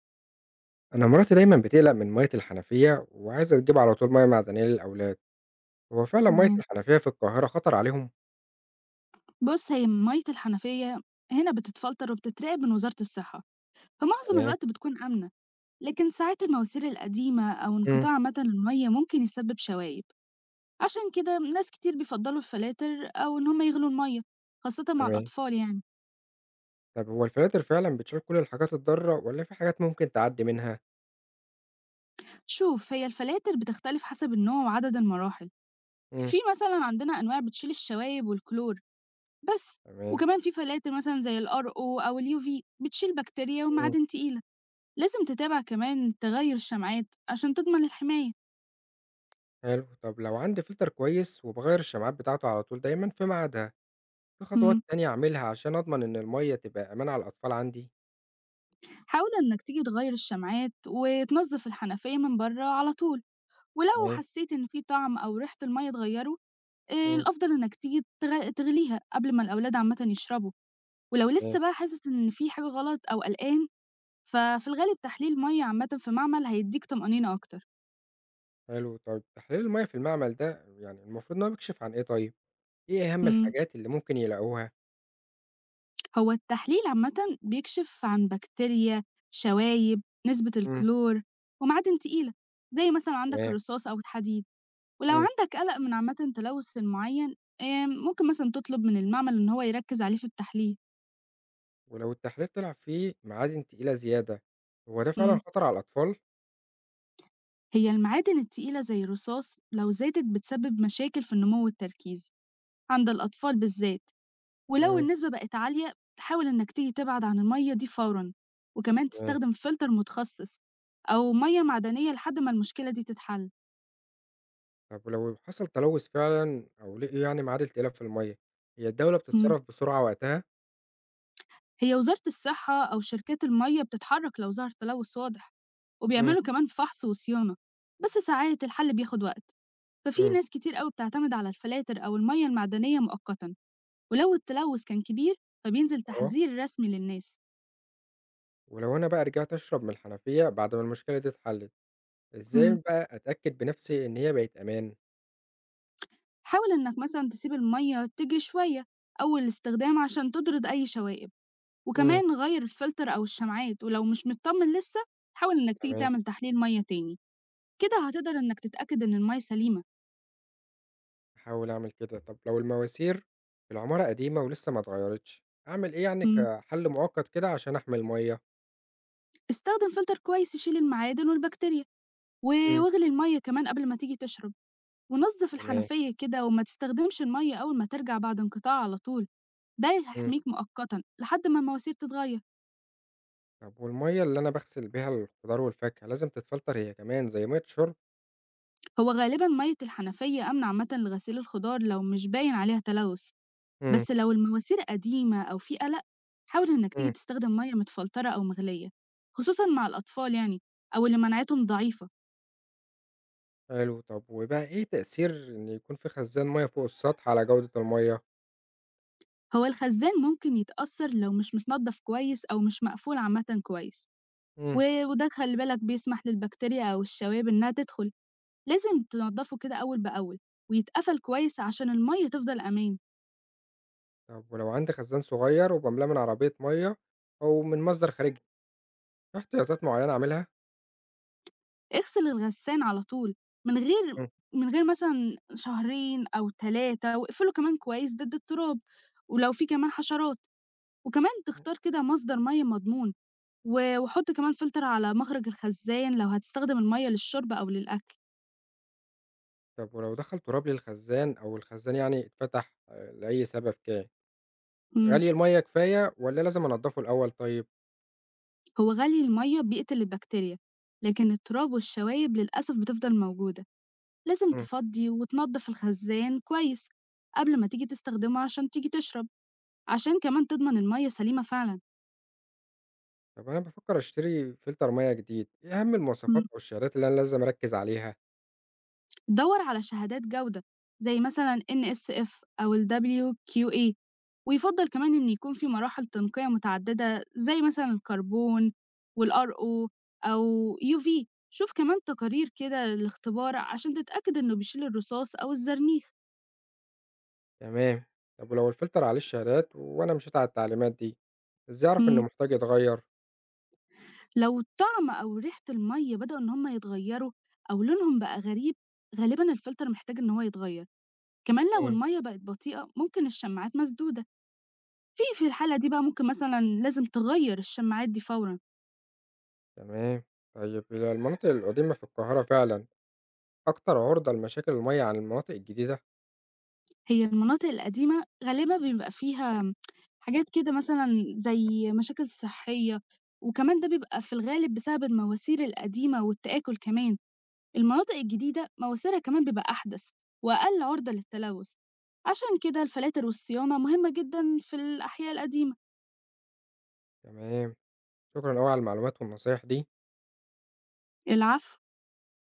أنا مراتي دايمًا بتقلق من مَيّة الحنفية، وعايزة تجيب على طول مَيّة معدنية للأولاد، هو فعلًا مَيّة تمام. الحنفية في القاهرة خطر عليهم؟ بُص، هي مَيّة الحنفية هنا بتتفلتر وبتتراقب من وزارة الصحة، فمعظم تمام، الوقت بتكون آمنة، لكن ساعات المواسير القديمة أو إمم. انقطاع عامةً المَيّة ممكن يسبب شوايب، عشان كده ناس كتير بيفضّلوا الفلاتر أو إن هم يغلوا المَيّة، خاصةً مع تمام، الأطفال يعني. طب هو الفلاتر فعلًا بتشيل كل الحاجات الضارة والّا في حاجات ممكن تعدّي منها؟ شوف، هي الفلاتر بتختلف حسب النوع وعدد المراحل، إمم. في مثلًا عندنا أنواع بتشيل الشوايب والكلور بس، تمام، وكمان في فلاتر مثلًا زي الأرقو أو الUV بتشيل بكتيريا إمم. ومعادن تقيلة. لازم تتابع كمان تغير الشمعات عشان تضمن الحماية. حلو، طب لو عندي فلتر كويس وباغيّر الشمعات بتاعته على طول دايمًا في ميعادها، في خطوات مم. تانية أعملها عشان أضمن إن المَيّة تبقى أمان على الأطفال عندي؟ حاول إنك تيجي تغير الشمعات وتنظف الحنفية من بره على طول، ولو تمام، حسيت إن في طعم أو ريحة المية اتغيروا، إمم. الأفضل إنك تيجي تغليها قبل ما الأولاد عامة يشربوا، ولو تمام، لسه بقى حاسس إن في حاجة غلط أو قلقان ففي الغالب تحليل مية عامة في معمل هيديك طمأنينة أكتر. حلو، طيب تحليل المَيّة في المعمل ده يعني المفروض إن هو بيكشف عن إيه طيب؟ إيه أهم مم. الحاجات اللي ممكن يلاقوها؟ هو التحليل عامة بيكشف عن بكتيريا، شوايب، نسبة إمم، الكلور، ومعادن تقيلة زي مثلا عندك تمام، الرصاص أو الحديد، ولو إمم، عندك قلق من عامة تلوث سن معين، ممكن مثلا تطلب من المعمل إن هو يركز عليه في التحليل. ولو التحليل طلع فيه معادن تقيلة زيادة، هو ده فعلًا مم. خطر على الأطفال؟ هي المعادن التقيلة زي الرصاص لو زادت بتسبب مشاكل في النمو والتركيز عند الأطفال بالذات، ولو إمم، النسبة بقت عالية حاول إنك تيجي تبعد عن المية دي فورا وكمان تمام، تستخدم فلتر متخصص أو مية معدنية لحد ما المشكلة دي تتحل. طب لو حصل تلوث فعلًا أو لقيوا يعني معادن تقيلة في المَيّة، هي الدولة مم. بتتصرف بسرعة وقتها؟ هي وزارة الصحة أو شركات المية بتتحرك لو ظهر تلوث واضح إمم، وبيعملوا كمان فحص وصيانة، بس ساعات الحل بياخد وقت ففي إمم، ناس كتير قوي بتعتمد على الفلاتر أو المية المعدنية مؤقتا، ولو التلوث كان كبير فبينزل آه، تحذير رسمي للناس. ولو أنا بقى رجعت أشرب من الحنفية بعد ما المشكلة دي اتحلت، إزاي مم. بقى أتأكد بنفسي إن هي بقت أمان؟ حاول إنك مثلا تسيب المية تجري شوية أول الاستخدام عشان تطرد أي شوائب، إمم، وكمان غير الفلتر أو الشمعات ولو مش مطمن لسه حاول إنك تيجي تمام، تعمل تحليل مية تاني، كده هتقدر إنك تتأكد إن المية سليمة. هاحاول أعمل كده، طب لو المواسير في العمارة قديمة ولسه ما اتغيرتش، أعمل إيه يعني مم. كحل مؤقت كده عشان أحمي المَيّة؟ استخدم فلتر كويس يشيل المعادن والبكتيريا، إمم، واغلي المية كمان قبل ما تيجي تشرب، ونظف تمام. الحنفية كده وما تستخدمش المية أول ما ترجع بعد انقطاع على طول. ده إمم. هيحميك مؤقتا لحد ما المواسير تتغير. طب والمَيّة اللي أنا باغسل بيها الخضار والفاكهة لازم تتفلتر هي كمان زي مَيّة الشرب؟ هو غالبا مية الحنفية أمنة عامة لغسيل الخضار لو مش باين عليها تلوث، إمم، بس لو المواسير قديمة أو في قلق حاول إنك تيجي إمم، تستخدم مية متفلترة أو مغلية، خصوصا مع الأطفال يعني، أو اللي مناعتهم ضعيفة. حلو. طب وبقى إيه تأثير إن يكون في خزان مَيّة فوق السطح على جودة المَيّة؟ هو الخزان ممكن يتأثر لو مش متنضف كويس أو مش مقفول عامة كويس، إمم. وده خلي بالك بيسمح للبكتيريا أو الشوائب إنها تدخل، لازم تنضفه كده أول بأول ويتقفل كويس عشان المية تفضل أمان. طب ولو عندي خزان صغير وباملاه من عربية مَيّة أو من مصدر خارجي، في احتياطات معيّنة أعملها؟ اغسل الغسّان على طول، من غير إمم. من غير مثلًا شهرين أو 3، واقفله كمان كويس ضد التراب، ولو في كمان حشرات، وكمان تختار كده مصدر مَيّة مضمون، و وحُط كمان فلتر على مخرج الخزّان لو هتستخدم المَيّة للشرب أو للأكل. طب ولو دخل تراب للخزان أو الخزان يعني اتفتح لأي سبب كان، إمم، غلي المَيّة كفاية والّا لازم أنضّفه الأول طيب؟ هو غلي المَيّة بيقتل البكتيريا، لكن التراب والشوايب للأسف بتفضل موجودة، لازم إمم. تفضّي وتنضّف الخزّان كويس قبل ما تيجي تستخدمه عشان تيجي تشرب، عشان كمان تضمن المَيّة سليمة فعلًا. طب أنا بافكّر أشتري فلتر مَيّة جديد، إيه أهم إمم. المواصفات أو الشهادات اللي أنا لازم أركّز عليها؟ دَوّر على شهادات جودة، زي مثلًا NSF أو الWQA، ويُفضّل كمان إن يكون في مراحل تنقية متعددة زي مثلًا الكربون والRO أو UV. شوف كمان تقارير كده للاختبار عشان تتأكد إنه بيشيل الرصاص أو الزرنيخ. تمام، طب ولو الفلتر عليه الشهادات وأنا مشيت على التعليمات دي، إزاي أعرف إنه إمم. محتاج يتغيّر؟ لو الطعم أو ريحة المَيّة بدأوا إن هم يتغيّروا أو لونهم بقى غريب، غالبًا الفلتر محتاج إن هو يتغيّر. كمان لو إمم. المَيّة بقت بطيئة ممكن الشماعات مسدودة. في الحالة دي بقى ممكن مثلًا لازم تغيّر الشماعات دي فورًا. تمام، طيب هي المناطق القديمة في القاهرة فعلًا أكتر عُرضة لمشاكل المَيّة عن المناطق الجديدة؟ هي المناطق القديمة غالبًا بيبقى فيها حاجات كده مثلًا زي مشاكل صحية، وكمان ده بيبقى في الغالب بسبب المواسير القديمة والتآكل كمان، المناطق الجديدة مواسيرها كمان بيبقى أحدث وأقل عُرضة للتلوث، عشان كده الفلاتر والصيانة مهمة جدًا في الأحياء القديمة. تمام، شكرًا أوي على المعلومات والنصايح دي. العفو.